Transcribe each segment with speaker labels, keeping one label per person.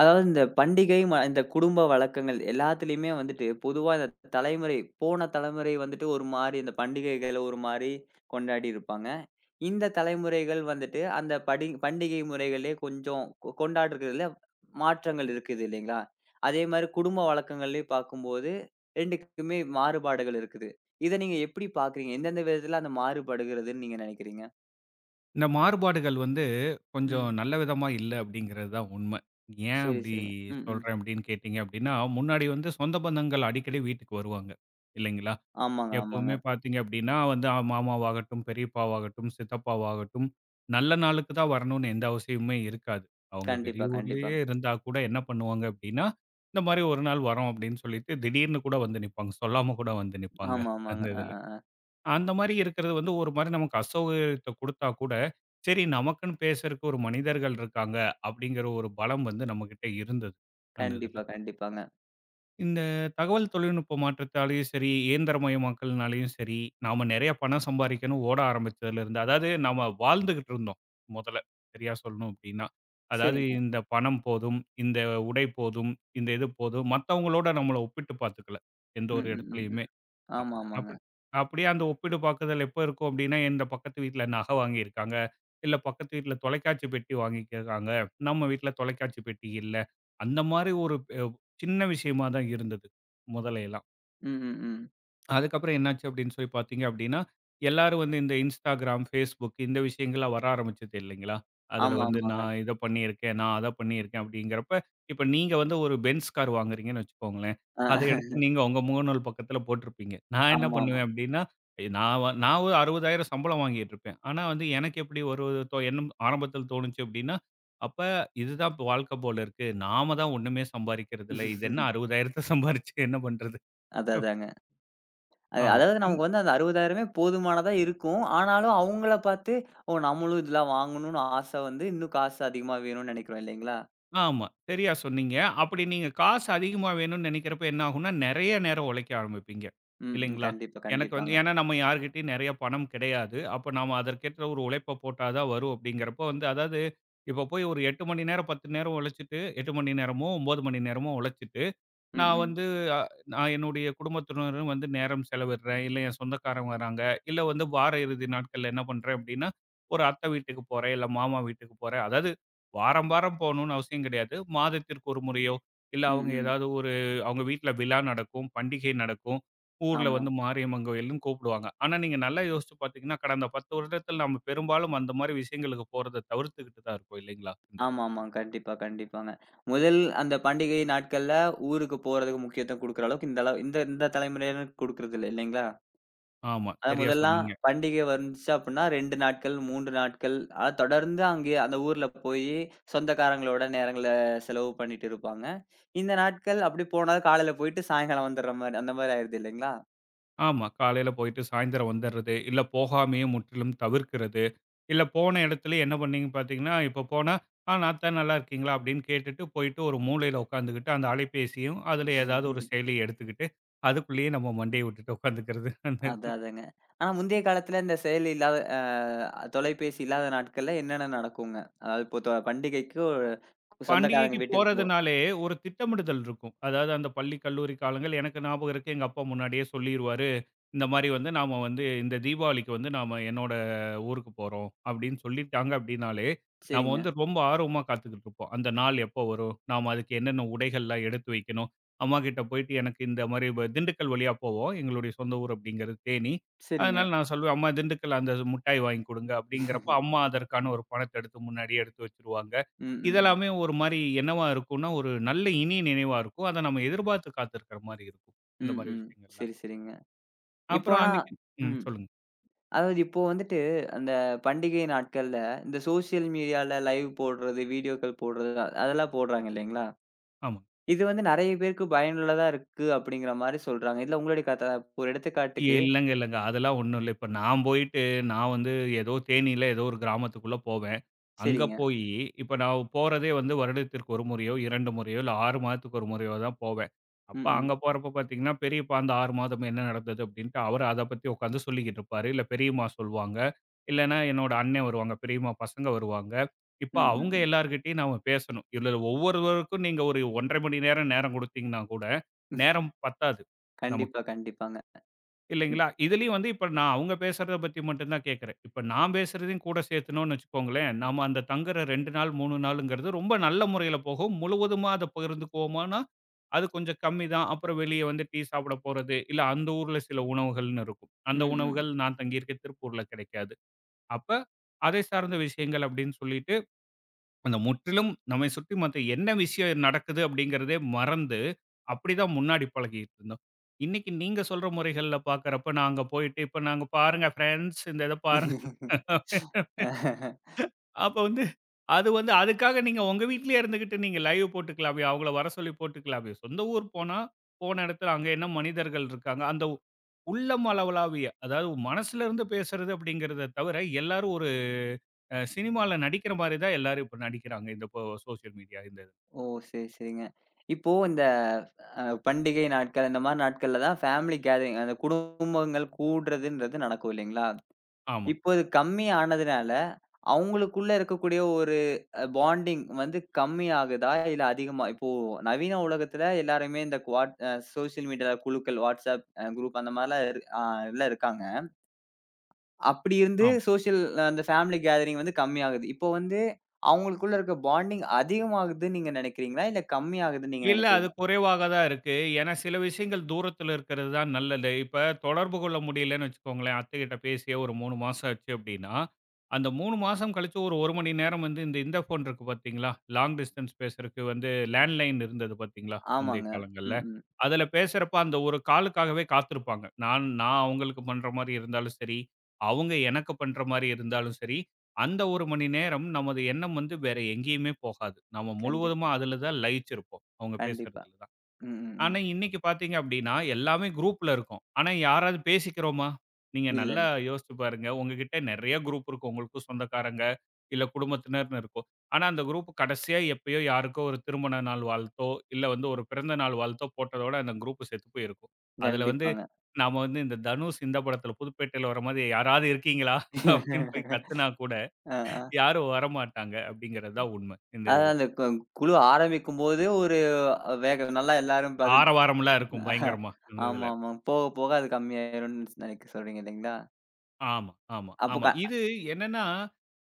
Speaker 1: அதாவது இந்த பண்டிகை, இந்த குடும்ப வழக்கங்கள் எல்லாத்துலயுமே வந்துட்டு, பொதுவா இந்த தலைமுறை போன தலைமுறை வந்துட்டு ஒரு மாரி இந்த பண்டிகைகள ஒரு மாரி கொண்டாடி இருப்பாங்க. இந்த தலைமுறைகள் வந்துட்டு அந்த படி பண்டிகை முறைகளே கொஞ்சம் கொ கொண்டாடுறதுல மாற்றங்கள் இருக்குது இல்லைங்களா? அதே மாரி குடும்ப வழக்கங்கள்லயும் பார்க்கும்போது 2க்குமே மாறுபாடுகள் இருக்குது. இத நீங்க எப்படி பார்க்குறீங்க? எந்தெந்த விதத்துல அந்த மாறுபடுகிறதுன்னு நீங்க நினைக்கிறீங்க?
Speaker 2: இந்த மாறுபாடுகள் வந்து கொஞ்சம்
Speaker 1: ம்.
Speaker 2: நல்ல விதமா இல்ல அப்படிங்கிறது தான் உண்மை. ஏன்
Speaker 1: சரி,
Speaker 2: அப்படி
Speaker 1: சரிங்க. ம், ம்.
Speaker 2: சொல்றேன் அப்படின்னு கேட்டீங்க அப்படின்னா, முன்னாடி வந்து சொந்த பந்தங்கள் அடிக்கடி வீட்டுக்கு வருவாங்க, இல்லைங்களா?
Speaker 1: ஆமாங்க, ஆமாங்க.
Speaker 2: எப்பவுமே பார்த்தீங்க அப்படின்னா வந்து மாமாவாகட்டும், பெரியப்பாவாகட்டும், சித்தப்பாவாகட்டும், நல்ல நாளுக்கு தான் வரணும்னு எந்த அவசியமுமே இருக்காது. அவங்க
Speaker 1: கண்டிப்பா, கண்டிப்பா.
Speaker 2: வெளியூர்லயே இருந்தா கூட என்ன பண்ணுவாங்க அப்படின்னா, இந்த மாதிரி ஒரு நாள் வரோம் அப்படின்னு சொல்லிட்டு திடீர்னு கூட வந்து நிப்பாங்க. சொல்லாம கூட வந்து நிப்பாங்க
Speaker 1: ஆமா, ஆமாங்க.
Speaker 2: அந்த
Speaker 1: அ,
Speaker 2: இதுல.
Speaker 1: அ, அ.
Speaker 2: அந்த மாரி இருக்கிறது வந்து ஒரு மாரி நமக்கு அசௌகரியத்த குடுத்தா கூட, சரி நமக்குன்னு பேசுறக்கு ஒரு மனிதர்கள் இருக்காங்க, அப்படிங்கிற ஒரு பலம் வந்து நம்மகிட்ட இருந்தது. அந்த இதுல.
Speaker 1: கண்டிப்பா, கண்டிப்பாங்க.
Speaker 2: இந்த தகவல் தொழில்நுட்ப மாற்றத்தாலயும் சரி, இயந்திரமயமாக்கல்னாலயும் சரி, நாம நெறைய பணம் சம்பாரிக்கணும் ஓட ஆரம்பிச்சதுல இருந்து, அதாவது நாம வாழ்ந்துகிட்டு இருந்தோம் மொதல்ல. சரியா சொல்லணும் அப்படின்னா. அதாவது
Speaker 1: சரிங்க.
Speaker 2: இந்த பணம் போதும், இந்த உடை போதும், இந்த இது போதும், மத்தவங்களோட நம்மள ஒப்பிட்டு பாத்துக்கல. எந்த
Speaker 1: ம்,
Speaker 2: ஒரு
Speaker 1: ம், ம்,
Speaker 2: இடத்துலயுமே.
Speaker 1: ம்.
Speaker 2: அ
Speaker 1: ஆமா, ஆமாங்க.
Speaker 2: அப்படி அப்படியே அந்த ஒப்பிடு பாக்குதல் எப்ப இருக்கும் அப்படின்னா, இந்த பக்கத்து வீட்ல நகை வாங்கியிருக்காங்க, இல்ல பக்கத்து வீட்ல தொலைக்காட்சி பெட்டி வாங்கியிருக்காங்க, நம்ம வீட்ல தொலைக்காட்சி பெட்டி இல்ல. அந்த மாரி ஒரு சின்ன விஷயமா தான் இருந்தது முதலையெல்லாம்.
Speaker 1: ம், ம், ம்.
Speaker 2: அதுக்கப்புறம் என்னாச்சு அப்படின்னு சொல்லி பார்த்தீங்க அப்படின்னா, எல்லாரும் வந்து இந்த Instagram, Facebook இந்த விஷயங்கள்லாம் வர ஆரம்பிச்சது இல்லைங்களா? அதில
Speaker 1: ஆமா,
Speaker 2: வந்து
Speaker 1: ஆமாங்க.
Speaker 2: நான் இத பண்ணியிருக்கேன், நான் அத பண்ணியிருக்கேன் அப்படிங்கிறப்ப, இப்ப நீங்க வந்து ஒரு பென்ஸ் கார் வாங்குறீங்கன்னு வச்சுக்கோங்களேன். அத
Speaker 1: அ
Speaker 2: எடுத்து நீங்க உங்க முகநூல் பக்கத்தில போட்டிருப்பீங்க. நான் என்ன
Speaker 1: ஆமா, ஆமா.
Speaker 2: பண்ணுவேன் அப்படின்னா, நான் ஒரு 60,000 சம்பளம் வாங்கிட்டு இருப்பேன். ஆனா வந்து எனக்கு எப்படி ஒரு எண்ணம் ஆரம்பத்தில் தோணுச்சு அப்படின்னா, அப்ப இதுதான் இப்ப வாழ்க்கை போல இருக்கு. நாம தான் ஒண்ணுமே சம்பாரிக்கிறதில்ல. இது என்ன 60,000த்த சம்பாரிச்சு என்ன பண்றது?
Speaker 1: அதான்,
Speaker 2: அப்
Speaker 1: அதாங்க. அது
Speaker 2: ஆமா.
Speaker 1: அதாவது நமக்கு வந்து அந்த 60,000மே போதுமானதா இருக்கும். ஆனாலும் அவங்கள பார்த்து, "ஓ! நம்மளும் இதெல்லாம் வாங்கணும்னு" ஆசை வந்து இன்னும் காசு அதிகமா வேணும்னு நெனைக்கிறோம் இல்லைங்களா?
Speaker 2: ஆமா. சரியா சொன்னீங்க. அப்படி நீங்க காசு அதிகமா வேணும்னு நெனைக்கிறப்ப என்ன ஆகும்னா, நெறைய நேரம் உழைக்க ஆரம்பிப்பீங்க.
Speaker 1: ம், ம்.
Speaker 2: இல்லைங்களா?
Speaker 1: கண்டிப்பா,
Speaker 2: எனக்கு வந்து
Speaker 1: கண்டிப்பாங்க.
Speaker 2: ஏன்னா நம்ம யார்கிட்டயும் நெறைய பணம் கிடையாது. அப்ப நாம அதற்கேற்ற ஒரு உழைப்ப போட்டா தான் வரும் அப்படிங்கிறப்போ வந்து அதாவது இப்ப போய் ஒரு 8 மணி நேரம், 10 நேரம் உழைச்சுட்டு 8 மணி நேரமோ, 9 மணி நேரமோ உழைச்சுட்டு
Speaker 1: ம்,
Speaker 2: நான்
Speaker 1: ம்.
Speaker 2: வந்து அ நான் என்னுடைய குடும்பத்தினரும் வந்து நேரம் செலவிடுறேன். இல்ல என் சொந்தக்காரங்க வராங்க. இல்ல வந்து வார இறுதி நாட்கள்ல என்ன பண்றேன் அப்படின்னா, ஒரு அத்தை வீட்டுக்கு போறேன், இல்ல மாமா வீட்டுக்கு போறேன். அதாவது வாரம் வாரம் போகணும்னு அவசியம் கிடையாது. மாதத்திற்கு ஒரு முறையோ, இல்ல
Speaker 1: ம்,
Speaker 2: அவங்க
Speaker 1: ம்.
Speaker 2: ஏதாவது ஒரு அவங்க வீட்ல விழா நடக்கும், பண்டிகை நடக்கும். ஊர்ல
Speaker 1: ஆமா.
Speaker 2: வந்து மாரியம்மன் கோயில்ன்னு கூப்பிடுவாங்க. ஆனா நீங்க நல்லா யோசிச்சு பார்த்தீங்கன்னா, கடந்த 10 வருடத்தில் நம்ம பெரும்பாலும் அந்த மாரி விஷயங்களுக்கு போறத தவிர்த்துக்கிட்டு தான் இருக்கோம் இல்லைங்களா? இந்த
Speaker 1: ஆமா, ஆமா. கண்டிப்பா, கண்டிப்பாங்க. முதல் அந்த பண்டிகை நாட்கள்ல ஊருக்கு போறதுக்கு முக்கியத்துவம் குடுக்குற அளவுக்கு இந்த அளவு இந்த இந்த தலைமுறையினர் குடுக்குறது இல்ல இல்லைங்களா?
Speaker 2: ஆமா,
Speaker 1: அதான்
Speaker 2: சரியா
Speaker 1: முதல்லாம்
Speaker 2: சொன்னீங்க.
Speaker 1: பண்டிகை வந்துச்சு அப்டின்னா 2 நாட்கள், 3 நாட்கள் அத தொடர்ந்து அங்கேயே அந்த ஊர்ல போயி சொந்தக்காரங்களோட நேரங்கள செலவு பண்ணிட்டு இருப்பாங்க. இந்த நாட்கள் அப்டி போனா காலையில போயிட்டு சாயங்காலம் வந்துடுற மாரி அந்த மாரி ஆயிருது இல்லைங்களா?
Speaker 2: ஆமா. காலையில போயிட்டு சாயந்தரம் வந்துர்றது. இல்ல போகாமயே முற்றிலும் தவிர்க்கிறது. இல்ல போன இடத்துல என்ன பண்ணீங்க பார்த்தீங்கன்னா, இப்போ போனா, "ஆ நார்த்த நல்லா இருக்கீங்களா?" அப்படின்னு கேட்டுட்டு போயிட்டு ஒரு மூலையில உட்காந்துக்கிட்டு அந்த அலைபேசியும், அதில ஏதாவது ஒரு செயலிய எடுத்துக்கிட்டு, அதுக்குள்ளேயே நம்ம மண்டைய விட்டுட்டு உட்காந்துக்கிறது. அந்த இது.
Speaker 1: அதான் அதாங்க. ஆனா முந்தைய காலத்துல இந்த செயலி இல்லாத தொலைபேசி இல்லாத நாட்கள்ல என்னென்ன நடக்குங்க? அதாவது இப்போ தொ பண்டிகைக்கு ஒரு சொந்தக்காரங்க
Speaker 2: பண்டிகைக்கு
Speaker 1: வீட்டுக்கு போறோம்.
Speaker 2: போறதுனாலே ஒரு திட்டமிடுதல் இருக்கும். அதாவது அந்த பள்ளி, கல்லூரி காலங்கள் எனக்கு ஞாபகம் இருக்கு. எங்க அப்பா முன்னாடியே சொல்லிருவாரு. இந்த மாரி வந்து நாம வந்து இந்த தீபாவளிக்கு வந்து நாம என்னோட ஊருக்கு போறோம் அப்படின்னு சொல்லிட்டாங்க அப்படின்னாலே, நாம
Speaker 1: சரிங்க,
Speaker 2: வந்து ரொம்ப ஆர்வமா காத்துக்கிட்டு இருப்போம். அந்த நாள் எப்போ வரும்? நாம அதுக்கு என்னென்ன உடைகள்லாம் எடுத்து வைக்கணும்? அம்மா கிட்ட போயிட்டு எனக்கு இந்த மாரி திண்டுக்கல் வழியா போவோம். எங்களுடைய சொந்த ஊர் அப்படிங்கிறது தேனி.
Speaker 1: சரிங்க.
Speaker 2: அதனால நான் சொல்லுவேன், "அம்மா திண்டுக்கல்ல அந்த முட்டாய் வாங்கி குடுங்க" அப்படிங்கிறப்ப அம்மா அதற்கான ஒரு பணத்த எடுத்து முன்னாடியே எடுத்து வச்சுருவாங்க.
Speaker 1: ம், ம்,
Speaker 2: இதெல்லாமே
Speaker 1: ம்.
Speaker 2: ஒரு மாரி என்னவா இருக்கும்னா, ஒரு நல்ல இனிய நினைவா இருக்கும். அத நம்ம எதிர்பார்த்து காத்திருக்கிற மாரி இருக்கும். இந்த
Speaker 1: ம்,
Speaker 2: மாரி
Speaker 1: ம்.
Speaker 2: விஷயங்கள்லாம்.
Speaker 1: சரி, சரிங்க.
Speaker 2: அப்புறம்
Speaker 1: இப்போனா
Speaker 2: அன்னைக்கு ம்.
Speaker 1: ம்.
Speaker 2: சொல்லுங்க.
Speaker 1: அதாவது இப்போ வந்துட்டு, அந்த பண்டிகை நாட்கள்ல இந்த சோசியல் மீடியால லைவ் போடுறது, வீடியோக்கள் போடுறது, அதெல்லாம் போடுறாங்க இல்லைங்களா?
Speaker 2: ஆமா.
Speaker 1: இது வந்து நெறைய பேருக்கு பயனுள்ளதா இருக்கு அப்படிங்கிற மாரி சொல்றாங்க. இதுல உங்களுடைய ஒரு எடுத்துக்காட்டுக்கு
Speaker 2: இல்லங்க, இல்லங்க. அதெல்லாம் ஒண்ணும் இல்ல. இப்ப நான் போயிட்டு, நான் வந்து ஏதோ தேனியில ஏதோ ஒரு கிராமத்துக்குள்ள போவேன். அங்க
Speaker 1: சரிங்க.
Speaker 2: போயி, இப்ப நான் போறதே வந்து வருடத்திற்கு 1 முறையோ, 2 முறையோ, இல்ல 6 மாதத்துக்கு 1 முறையோ தான் போவேன். அப்ப
Speaker 1: ம், ம்.
Speaker 2: அங்க போறப்ப பார்த்தீங்கன்னா, பெரியப்பா அந்த 6 மாதம் என்ன நடந்தது அப்படின்ட்டு அவரு அத பத்தி உட்காந்து சொல்லிக்கிட்டு இருப்பாரு. இல்ல பெரியம்மா சொல்லுவாங்க. இல்லன்னா என்னோட அண்ணன் வருவாங்க. பெரியம்மா பசங்க வருவாங்க. இப்ப
Speaker 1: ம், ம்,
Speaker 2: அவங்க
Speaker 1: ம்.
Speaker 2: எல்லார்கிட்டயும் நாம பேசணும். இதுல ஒவ்வொருவருக்கும் நீங்க ஒரு 1 1/2 மணி நேரம், நேரம் குடுத்தீங்கன்னா கூட, நேரம் பத்தாது நமக்கு.
Speaker 1: கண்டிப்பா, கண்டிப்பாங்க.
Speaker 2: இல்லைங்களா? இதுலயும் வந்து இப்ப நான் அவங்க பேசுறத பத்தி மட்டும் தான் கேட்கிறேன். இப்ப நான் பேசுறதையும் கூட சேர்த்துனோம்னு வச்சுக்கோங்களேன், நாம அந்த தங்குற 2 நாள், 3 நாளுங்கிறது ரொம்ப நல்ல முறையில போகும். முழுவதுமா அத பகிர்ந்துக்குவோமான்னா, அது கொஞ்சம் கம்மி தான். அப்புறம் வெளிய வந்து டீ சாப்பிட போறது, இல்ல அந்த ஊர்ல சில உணவுகள்னு இருக்கும். அந்த
Speaker 1: ம், ம்.
Speaker 2: உணவுகள் நான் தங்கியிருக்க திருப்பூர்ல கிடைக்காது. அப்ப அதை சார்ந்த விஷயங்கள் அப்படின்னு சொல்லிட்டு அந்த முற்றிலும் நம்மை சுற்றி மத்த என்ன விஷயம் நடக்குது அப்படிங்கிறதே மறந்து, அப்படிதான் முன்னாடி பழகிட்டு இருந்தோம். இன்னைக்கு நீங்க சொல்ற முறைகள்ல பார்க்கிறப்ப, நான் அங்க போயிட்டு, "இப்ப நாங்க பாருங்க ஃபிரெண்ட்ஸ் இந்த இத பாருங்க." அப்ப வந்து அது வந்து அதுக்காக நீங்க உங்க வீட்லயே இருந்துகிட்டு நீங்க லைவ் போட்டுக்கலாமே, அவங்கள வர சொல்லி போட்டுக்கலாமே. சொந்த ஊர் போனா, போன இடத்துல அங்க என்ன மனிதர்கள் இருக்காங்க, அந்த உள்ளம் அளவளாவிய அதாவது மனசுல இருந்து பேசுறது அப்படிங்கிறத தவிர, எல்லாரும் ஒரு சினிமால நடிக்கிற மாரி தான் எல்லாரும் இப்ப நடிக்கிறாங்க. இந்த இப்போ சோசியல் மீடியா இந்த இது.
Speaker 1: ஓ! சரி, சரிங்க. இப்போ இந்த பண்டிகை நாட்கள், இந்த மாரி நாட்கள்ல தான் ஃபேமிலி கேதரிங் அந்த குடும்பங்கள் கூடுறதுன்றது நடக்கும் இல்லைங்களா?
Speaker 2: ஆமா.
Speaker 1: இப்போ அது கம்மி ஆனதுனால, அவங்களுக்குள்ள இருக்கக்கூடிய ஒரு பாண்டிங் வந்து கம்மி ஆகுதா? இல்ல அதிகமா இப்போ நவீன உலகத்துல எல்லாருமே இந்த குவாட் அ சோசியல் மீடியா குழுக்கள், WhatsApp குரூப் அந்த மாரிலாம் இரு அ எல்லாம் இருக்காங்க. அப்படி இருந்து
Speaker 2: ஆம்.
Speaker 1: சோசியல் அந்த ஃபேமிலி கேதரிங் வந்து கம்மியாகுது. இப்போ வந்து அவங்களுக்குள்ள இருக்க பாண்டிங் அதிகமாகுதுன்னு நீங்க நினைக்கிறீங்களா? இல்ல கம்மியாகுதுன்னு நீங்க
Speaker 2: இல்ல. அது
Speaker 1: நினைக்கிறீங்களா?
Speaker 2: குறைவாக தான் இருக்கு. ஏன்னா சில விஷயங்கள் தூரத்துல இருக்கிறது தான் நல்லது. இப்ப தொடர்பு கொள்ள முடியலன்னு வச்சுக்கோங்களேன், அத்தைகிட்ட பேசியே ஒரு 3 மாசம் ஆச்சு அப்படின்னா, அந்த 3 மாசம் கழிச்சு ஒரு 1 மணி நேரம் வந்து இந்த இந்த ஃபோன் இருக்கு பார்த்தீங்களா? லாங் டிஸ்டன்ஸ் பேசுறதுக்கு வந்து லேண்ட்லைன் இருந்தது பார்த்தீங்களா? முந்தைய
Speaker 1: ஆமாங்க.
Speaker 2: காலங்கள்ல.
Speaker 1: ம், ம்.
Speaker 2: அதுல பேசுறப்ப அந்த ஒரு காலுக்காகவே காத்திருப்பாங்க. நான் நான் அவங்களுக்கு பண்ற மாரி இருந்தாலும் சரி, அவங்க எனக்கு பண்ற மாரி இருந்தாலும் சரி, அந்த 1 மணி நேரம் நமது எண்ணம் வந்து வேற எங்கேயுமே போகாது. நம்ம
Speaker 1: கண்டிப்
Speaker 2: முழுவதுமா அதுல தான் லயிச்சிருப்போம். அவங்க
Speaker 1: கண்டிப்பா.
Speaker 2: பேசுறதுல தான்.
Speaker 1: ம், ம், ம்.
Speaker 2: ஆனா,
Speaker 1: ம்.
Speaker 2: இன்னைக்கு பார்த்தீங்க அப்படின்னா, எல்லாமே குரூப்ல இருக்கும். ஆனா, யாராவது பேசிக்கிறோமா? நீங்க
Speaker 1: இல்ல,
Speaker 2: நல்லா
Speaker 1: இல்ல.
Speaker 2: யோசிச்சு பாருங்க. உங்ககிட்ட நெறைய குரூப் இருக்கும். உங்களுக்கும் சொந்தக்காரங்க, இல்ல குடும்பத்தினர்ன்னு இருக்கும். ஆனா, அந்த குரூப் கடைசியா எப்பயோ யாருக்கோ ஒரு திருமண நாள் வாழ்த்தோ, இல்ல வந்து ஒரு பிறந்த நாள் வாழ்த்தோ போட்டதோட அந்த குரூப் செத்து போயிருக்கும். அதுல வந்து
Speaker 1: கண்டிப்பாங்க.
Speaker 2: நாம வந்து இந்த தனுஷ் இந்த படத்துல புதுப்பேட்டையில வர மாதிரி "யாராவது இருக்கீங்களா?" அப்படின்னு போய் கத்துனா கூட
Speaker 1: அ, ஆ.
Speaker 2: யாரும் வரமாட்டாங்க அப்படிங்கிறது தான் உண்மை இந்த இதுல.
Speaker 1: அதான் அந்த குழு ஆரம்பிக்கும்போது ஒரு வேக நல்லா எல்லாரும் பதில்
Speaker 2: ஆரவாரம்லாம் இருக்கும் பயங்கரமா இந்த இதுல.
Speaker 1: ஆமா, ஆமா. போக, போக அது கம்மியாயிரும்னு நெனைக்க சொல்றீங்க இல்லைங்களா?
Speaker 2: ஆமா, ஆமா,
Speaker 1: அப்போ
Speaker 2: ஆமா.
Speaker 1: க
Speaker 2: இது என்னன்னா,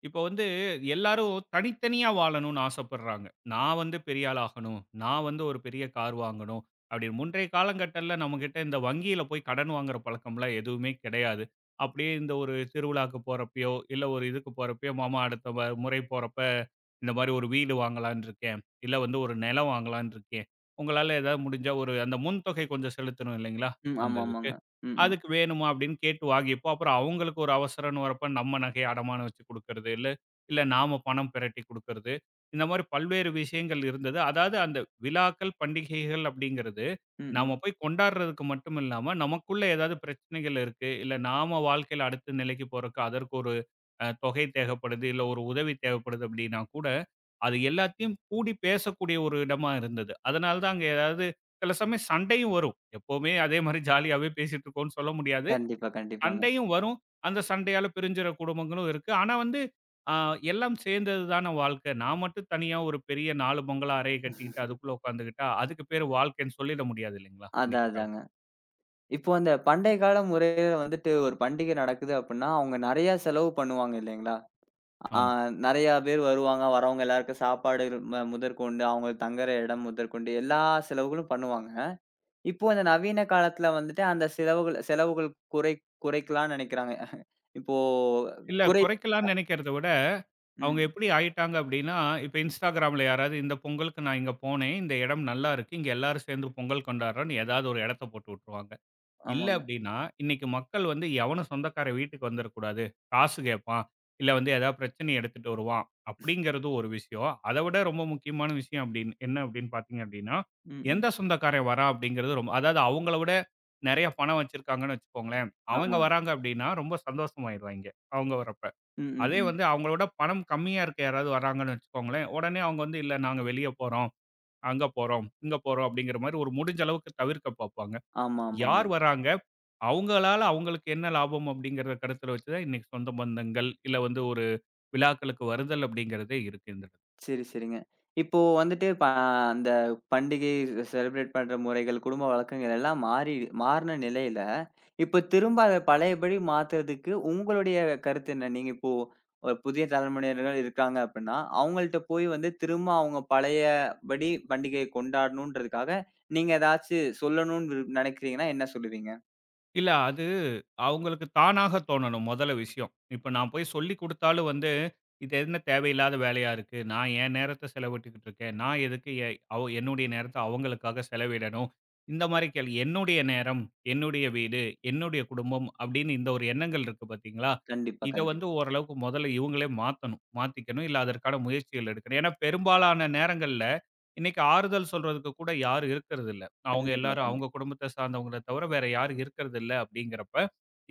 Speaker 2: இப்போ வந்து எல்லாரும் தனித்தனியா வாழணும்னு ஆசைப்படுறாங்க. நான் வந்து பெரிய ஆள் ஆகணும். நான் வந்து ஒரு பெரிய கார் வாங்கணும். அப்படின்னு முன்றைய காலங்கட்டத்தில நம்மகிட்ட இந்த வங்கியில போய் கடன் வாங்குற பழக்கம்லாம் எதுவுமே கிடையாது. அப்படியே இந்த ஒரு திருவிழாக்கு போறப்பயோ, இல்ல ஒரு இதுக்கு போறப்பயோ, மாமா அடுத்த முறை போறப்ப இந்த மாரி ஒரு வீடு வாங்கலாம்ன்னு இருக்கேன். இல்ல வந்து ஒரு நிலம் வாங்கலாம்ன்னு இருக்கேன். உங்களால ஏதாவது முடிஞ்சா ஒரு அந்த முன்தொகை கொஞ்சம் செலுத்தணும் இல்லைங்களா?
Speaker 1: ம்.
Speaker 2: அந்த
Speaker 1: ஆமா,
Speaker 2: இதுக்கு.
Speaker 1: ஆமாங்க. ம், ம்.
Speaker 2: அதுக்கு வேணுமா அப்படின்னு கேட்டு வாங்கிப்போம். அப்புறம் அவங்களுக்கு ஒரு அவசரம்ன்னு வரப்ப நம்ம நகைய அடமானம் வச்சு குடுக்கறது, இல்ல இல்ல நாம பணம் பெரட்டி குடுக்கறது. இந்த மாரி பல்வேறு விஷயங்கள் இருந்தது. அதாவது அந்த விழாக்கள், பண்டிகைகள் அப்படிங்கிறது
Speaker 1: ம்,
Speaker 2: நாம
Speaker 1: ம்.
Speaker 2: போய் கொண்டாடுறதுக்கு மட்டும் இல்லாம, நமக்குள்ள ஏதாவது பிரச்சனைகள் இருக்கு, இல்ல நாம வாழ்க்கையில அடுத்த நிலைக்கு போறக்கு அதற்கு ஒரு தொகை தேவைப்படுது, இல்ல ஒரு உதவி தேவைப்படுது அப்படின்னா கூட அது எல்லாத்தையும் கூடி பேசக்கூடிய ஒரு இடமா இருந்தது. அதனால தான் அங்க ஏதாவது சில சமயம் சண்டையும் வரும். எப்பவுமே அதே மாரி ஜாலியாவே பேசிட்டு இருக்கோம்னு சொல்ல முடியாது.
Speaker 1: கண்டிப்பா, கண்டிப்பாங்க.
Speaker 2: சண்டையும் வரும். அந்த சண்டையால பிரிஞ்சுற குடும்பங்களும் இருக்கு. ஆனா வந்து அ எல்லாம் சேர்ந்தது தான வாழ்க்கை. நான் மட்டும் தனியா ஒரு பெரிய 4 பங்களா அறைய கட்டிக்கிட்டு அதுக்குள்ள உட்காந்துக்கிட்டா, அதுக்கு பேரு வாழ்க்கைன்னு சொல்லிட முடியாது இல்லைங்களா?
Speaker 1: அதான்,
Speaker 2: இன்னைக்கு காலம்.
Speaker 1: அதாங்க. இப்போ அந்த பண்டைய கால முறையில வந்துட்டு ஒரு பண்டிகை நடக்குது அப்புட்ன்னா, அவங்க நெறையா செலவு பண்ணுவாங்க இல்லைங்களா? ஆ
Speaker 2: ஆமா.
Speaker 1: நெறையா பேர் வருவாங்க. வரவங்க எல்லாருக்கும் சாப்பாடு முதற்கொண்டு, அவங்க தங்குற இடம் முதற்கொண்டு எல்லா செலவுகளும் பண்ணுவாங்க. இப்போ இந்த நவீன காலத்துல வந்துட்டு அந்த செலவுகள் செலவுகள் குறை குறைக்கலாம்னு நினைக்கிறாங்க. இப்போ
Speaker 2: இல்ல
Speaker 1: குறை
Speaker 2: குறைக்கலாம்னு நினைக்கிறத விட, அவங்க
Speaker 1: ம்.
Speaker 2: எப்படி ஆயிட்டாங்க அப்படின்னா, இப்ப Instagramல யாராவது இந்த பொங்கலுக்கு நான் இங்க போனேன். இந்த இடம் நல்லா இருக்கு. இங்க எல்லாரும் சேர்ந்து பொங்கல் கொண்டாடுறோம்னு ஏதாவது ஒரு இடத்த போட்டு விட்டுருவாங்க. இல்ல
Speaker 1: ஆமாங்க.
Speaker 2: அப்படின்னா, இன்னைக்கு மக்கள் வந்து எவனும் சொந்தக்காரன் வீட்டுக்கு வந்துறக்கூடாது. காசு கேட்பான். இல்ல வந்து ஏதாவது பிரச்சனைய எடுத்துட்டு வருவான். அப்படிங்கிறது ஒரு விஷயம். அத விட ரொம்ப முக்கியமான விஷயம் அப்படின்னு என்ன அப்படின்னு பார்த்தீங்க அப்படின்னா,
Speaker 1: ம்,
Speaker 2: எந்த
Speaker 1: ம்.
Speaker 2: சொந்தக்காரன் வரான் அப்படிங்கிறது ரொம்ப அதாவது அவங்கள விட நெறைய பணம் வச்சிருக்காங்கன்னு வச்சுக்கோங்களேன். அவங்க
Speaker 1: ஆமாம்.
Speaker 2: வராங்க அப்படின்னா ரொம்ப சந்தோஷமாயிருவாய்ங்க. அவங்க வரப்ப.
Speaker 1: ம்,
Speaker 2: அதே
Speaker 1: ம், ம்.
Speaker 2: வந்து அவங்களோட பணம் கம்மியா இருக்க யாராவது வராங்கன்னு வச்சுக்கோங்களேன், உடனே அவங்க வந்து "இல்ல நாங்க வெளிய போறோம், அங்க போறோம், இங்க போறோம்" அப்படிங்கிற மாரி ஒரு முடிஞ்ச அளவுக்கு தவிர்க்க பார்ப்பாங்க.
Speaker 1: ஆமா, ஆமாங்க.
Speaker 2: யார் வராங்க, அவங்களால அவங்களுக்கு என்ன லாபம் அப்படிங்கிறத கருத்துல வச்சு தான் இன்னைக்கு சொந்த பந்தங்கள், இல்ல வந்து ஒரு விழாக்களுக்கு வருதல் அப்படிங்கிறதே இருக்கு இந்த இடத்துல.
Speaker 1: சரி, சரிங்க. இப்போ வந்துட்டு ப அந்த பண்டிகை செலிப்ரேட் பண்ற முறைகள், குடும்ப வழக்கங்கள் எல்லாம் மாறி மாறுன நிலையில இப்ப திரும்ப அத பழையபடி மாத்துறதுக்கு உங்களுடைய கருத்து என்ன? நீங்க இப்போ ஒரு புதிய தலைமுறையினர் இருக்காங்க அப்டின்னா, அவங்கள்ட்ட போய் வந்து திரும்ப அவங்க பழையபடி பண்டிகையை கொண்டாடணுன்றதுக்காக, நீங்க ஏதாச்சு சொல்லணும்னு நெனைக்கிறீங்கன்னா என்ன சொல்லுவீங்க?
Speaker 2: இல்ல அது அவங்களுக்கு தானாக தோணணும் மொதல்ல விஷயம். இப்ப நான் போய் சொல்லிக் குடுத்தாலும் வந்து இது என்ன தேவையில்லாத வேலையா இருக்கு. நான் என் நேரத்த செலவிட்டுக்கிட்டு இருக்கேன். நான் எதுக்கு எ அவ என்னுடைய நேரத்த அவங்களுக்காக செலவிடணும். இந்த மாரி கேள்வி. என்னுடைய நேரம், என்னுடைய வீடு, என்னுடைய குடும்பம் அப்படின்னு இந்த ஒரு எண்ணங்கள் இருக்கு பார்த்தீங்களா?
Speaker 1: கண்டிப்பா,
Speaker 2: இத வந்து
Speaker 1: கண்டிப்பா.
Speaker 2: ஓரளவுக்கு முதல்ல இவங்களே மாத்தணும். மாத்திக்கணும். இல்ல அதற்கான முயற்சிகள் எடுக்கணும். ஏன்னா பெரும்பாலான நேரங்கள்ல இன்னைக்கு ஆறுதல் சொல்றதுக்கு கூட யாரும் இருக்கிறது இல்ல. அவங்க
Speaker 1: கண்டிப்பா,
Speaker 2: எல்லாரும் அவங்க
Speaker 1: கண்டிப்பா.
Speaker 2: குடும்பத்த சார்ந்தவங்கள தவிர வேற யாரும் இருக்கிறது இல்ல அப்படிங்கிறப்ப,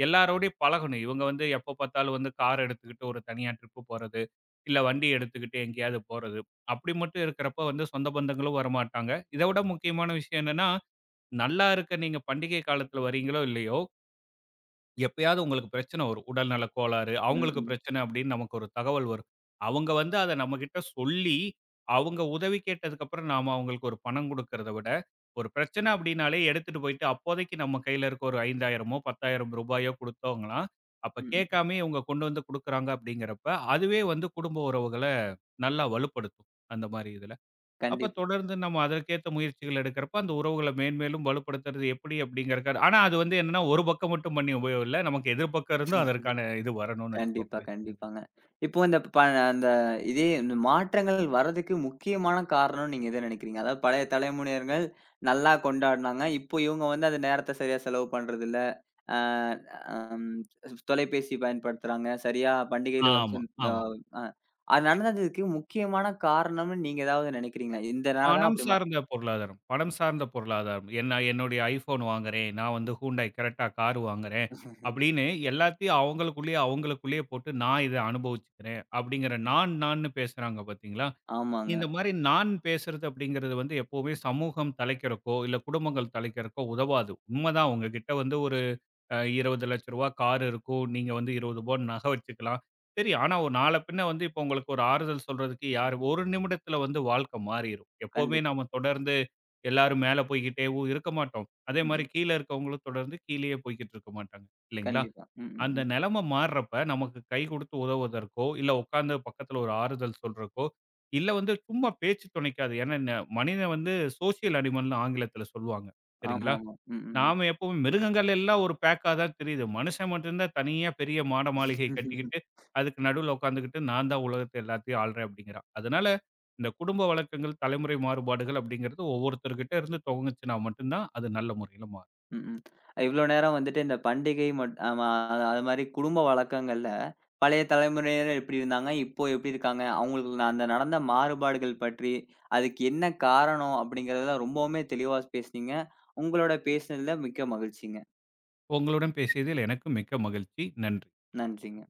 Speaker 2: எல்லாரோடையும் பழகணும். இவங்க வந்து எப்ப பார்த்தாலும் வந்து கார் எடுத்துக்கிட்டு ஒரு தனியா ட்ரிப் போறது, இல்ல வண்டி எடுத்துக்கிட்டு எங்கேயாவது போறது. அப்படி மட்டும் இருக்கிறப்ப வந்து சொந்த பந்தங்களும் வரமாட்டாங்க. இத விட முக்கியமான விஷயம் என்னன்னா, நல்லா இருக்க நீங்க பண்டிகை காலத்துல வரீங்களோ இல்லையோ எப்பயாவது உங்களுக்கு பிரச்சனை வரும். உடல்நல கோளாறு,
Speaker 1: ம்,
Speaker 2: அவங்களுக்கு
Speaker 1: ம்.
Speaker 2: பிரச்சனை அப்படின்னு நமக்கு ஒரு தகவல் வரும். அவங்க வந்து அத நம்மகிட்ட சொல்லி, அவங்க உதவி கேட்டதுக்கப்புறம் நாம அவங்களுக்கு ஒரு பணம் குடுக்கிறத விட, ஒரு பிரச்சனை அப்படின்னாலே எடுத்துட்டு போயிட்டு அப்போதைக்கு நம்ம கையில இருக்க ஒரு 5,000 ரூ. 10,000 குடுத்தவங்களா, அப்ப
Speaker 1: ம், ம்.
Speaker 2: கேட்காமயே இவங்க கொண்டு வந்து குடுக்குறாங்க அப்படிங்கிறப்ப, அதுவே வந்து குடும்ப உறவுகள நல்லா வலுப்படுத்தும். அந்த மாரி இதுல. அப்ப
Speaker 1: கண்டிப்பா.
Speaker 2: தொடர்ந்து நம்ம அதற்கேத்த முயற்சிகள் எடுக்கிறப்ப, அந்த உறவுகள மேன்மேலும் வலுப்படுத்துறது எப்படி அப்படிங்கிறக்கான ஆனா அது வந்து என்னன்னா, ஒரு பக்கம் மட்டும் பண்ணி உபயோகம் இல்ல. நமக்கு எதிர்பக்கம் இருந்தும் அதற்கான இது வரணும்னு
Speaker 1: கண்டிப்பா,
Speaker 2: வச்சுக்கோங்களேன். ம்.
Speaker 1: கண்டிப்பாங்க. இப்போ இந்த ப அந்த இதே இந்த மாற்றங்கள் வரதுக்கு முக்கியமான காரணம்னு நீங்க எத நினைக்கிறீங்க? அதாவது பழைய தலைமுறையினர்கள் நல்லா கொண்டாடுனாங்க. இப்போ இவங்க வந்து அந்த நேரத்த சரியா செலவு பண்றதில்ல. அ அம் தொலைபேசி பயன்படுத்துறாங்க. சரியா பண்டிகையில ஒரு
Speaker 2: ஆமா,
Speaker 1: சில அ
Speaker 2: ஆமா.
Speaker 1: அ அது நடந்ததுக்கு முக்கியமான காரணம்னு நீங்க ஏதாவது நினைக்கிறீங்களா? இதனால தான்
Speaker 2: பணம்
Speaker 1: அப்படி மா
Speaker 2: சார்ந்த பொருளாதாரம். பணம் சார்ந்த பொருளாதாரம். என்ன என்னுடைய iPhone வாங்குறேன். நான் வந்து Hyundai Creta கார் வாங்குறேன். அப்படின்னு எல்லாத்தையும் அவங்களுக்குள்ளேயே அவங்களுக்குள்ளேயே போட்டு நான் இத அனுபவிச்சுக்கிறேன். அப்படிங்கிற நான் நான்னு பேசுறாங்க பார்த்தீங்களா?
Speaker 1: ஆமாங்க.
Speaker 2: இந்த மாரி நான் பேசுறது அப்படிங்கிறது வந்து எப்பவுமே சமூகம் தலைக்கிறக்கோ, இல்ல குடும்பங்கள் தலைக்கிறக்கோ உதவாது. உண்மதான் உங்ககிட்ட வந்து ஒரு ரூ. 20,00,000 கார் இருக்கும். நீங்க வந்து ரூ. 20 நகை வச்சுக்கலாம். சரி, ஆனா ஒரு நாள பின்ன வந்து இப்போ உங்களுக்கு ஒரு ஆறுதல் சொல்றதுக்கு யார் 1 நிமிடத்துல வந்து வாழ்க்கை மாறிரும். எப்பவுமே
Speaker 1: கண்டிப்பா.
Speaker 2: நாம தொடர்ந்து எல்லாரும் மேல போய்க்கிட்டேவும் இருக்க மாட்டோம். அதே
Speaker 1: ம்,
Speaker 2: மாரி
Speaker 1: ம்.
Speaker 2: கீழ இருக்கவங்களும் தொடர்ந்து கீழயே போய்க்கிட்டு இருக்க மாட்டாங்க. இல்லைங்களா?
Speaker 1: கண்டிப்பா. ம், ம்,
Speaker 2: அந்த
Speaker 1: ம்.
Speaker 2: நிலைமை மாறுறப்ப நமக்கு கை கொடுத்து உதவுவதற்கோ, இல்ல உட்கார்ந்து பக்கத்துல ஒரு ஆறுதல் சொல்றக்கோ, இல்ல வந்து சும்மா பேச்சு துணைக்கு அது ஏன்னா மனிதன் வந்து சோசியல் அனிமல்னு ஆங்கிலத்துல சொல்லுவாங்க. சரிங்களா?
Speaker 1: ஆமாமா. ம், ம்.
Speaker 2: நாம எப்பவும் மிருகங்கள் எல்லாம் ஒரு பேக்கா தான் தெரியுது. மனுஷன் மட்டும் தான் தனியா பெரிய மாட மாளிகை
Speaker 1: ம்.
Speaker 2: கட்டிக்கிட்டு, அதுக்கு நடுவுல உட்காந்துக்கிட்டு நான் தான் உலகத்த எல்லாத்தையும் ஆள்றேன் அப்படிங்கிறான். அதனால இந்த குடும்ப வழக்கங்கள், தலைமுறை மாறுபாடுகள் அப்படிங்கிறது ஒவ்வொருத்தர்கிட்ட இருந்து துவங்குச்சுனா மட்டும் தான் அது நல்ல முறையில மாறும்.
Speaker 1: ம்ஹ்ம். இவ்ளோ நேரம் வந்துட்டு இந்த பண்டிகை மட் ஆமா அது அது மாரி குடும்ப வழக்கங்கள்ல, பழைய தலைமுறையினர் எப்படி இருந்தாங்க? இப்போ எப்படி இருக்காங்க? அவங்களுக்கு நான் அந்த நடந்த மாறுபாடுகள் பற்றி, அதுக்கு என்ன காரணம்? அப்படிங்கிறதெல்லாம் ரொம்பவுமே தெளிவா பேசுனீங்க. உங்களோட பேசினதுல மிக்க மகிழ்ச்சிங்க.
Speaker 2: உங்களுடன் பேசியதில் எனக்கு மிக்க மகிழ்ச்சி. நன்றி.
Speaker 1: நன்றிங்க.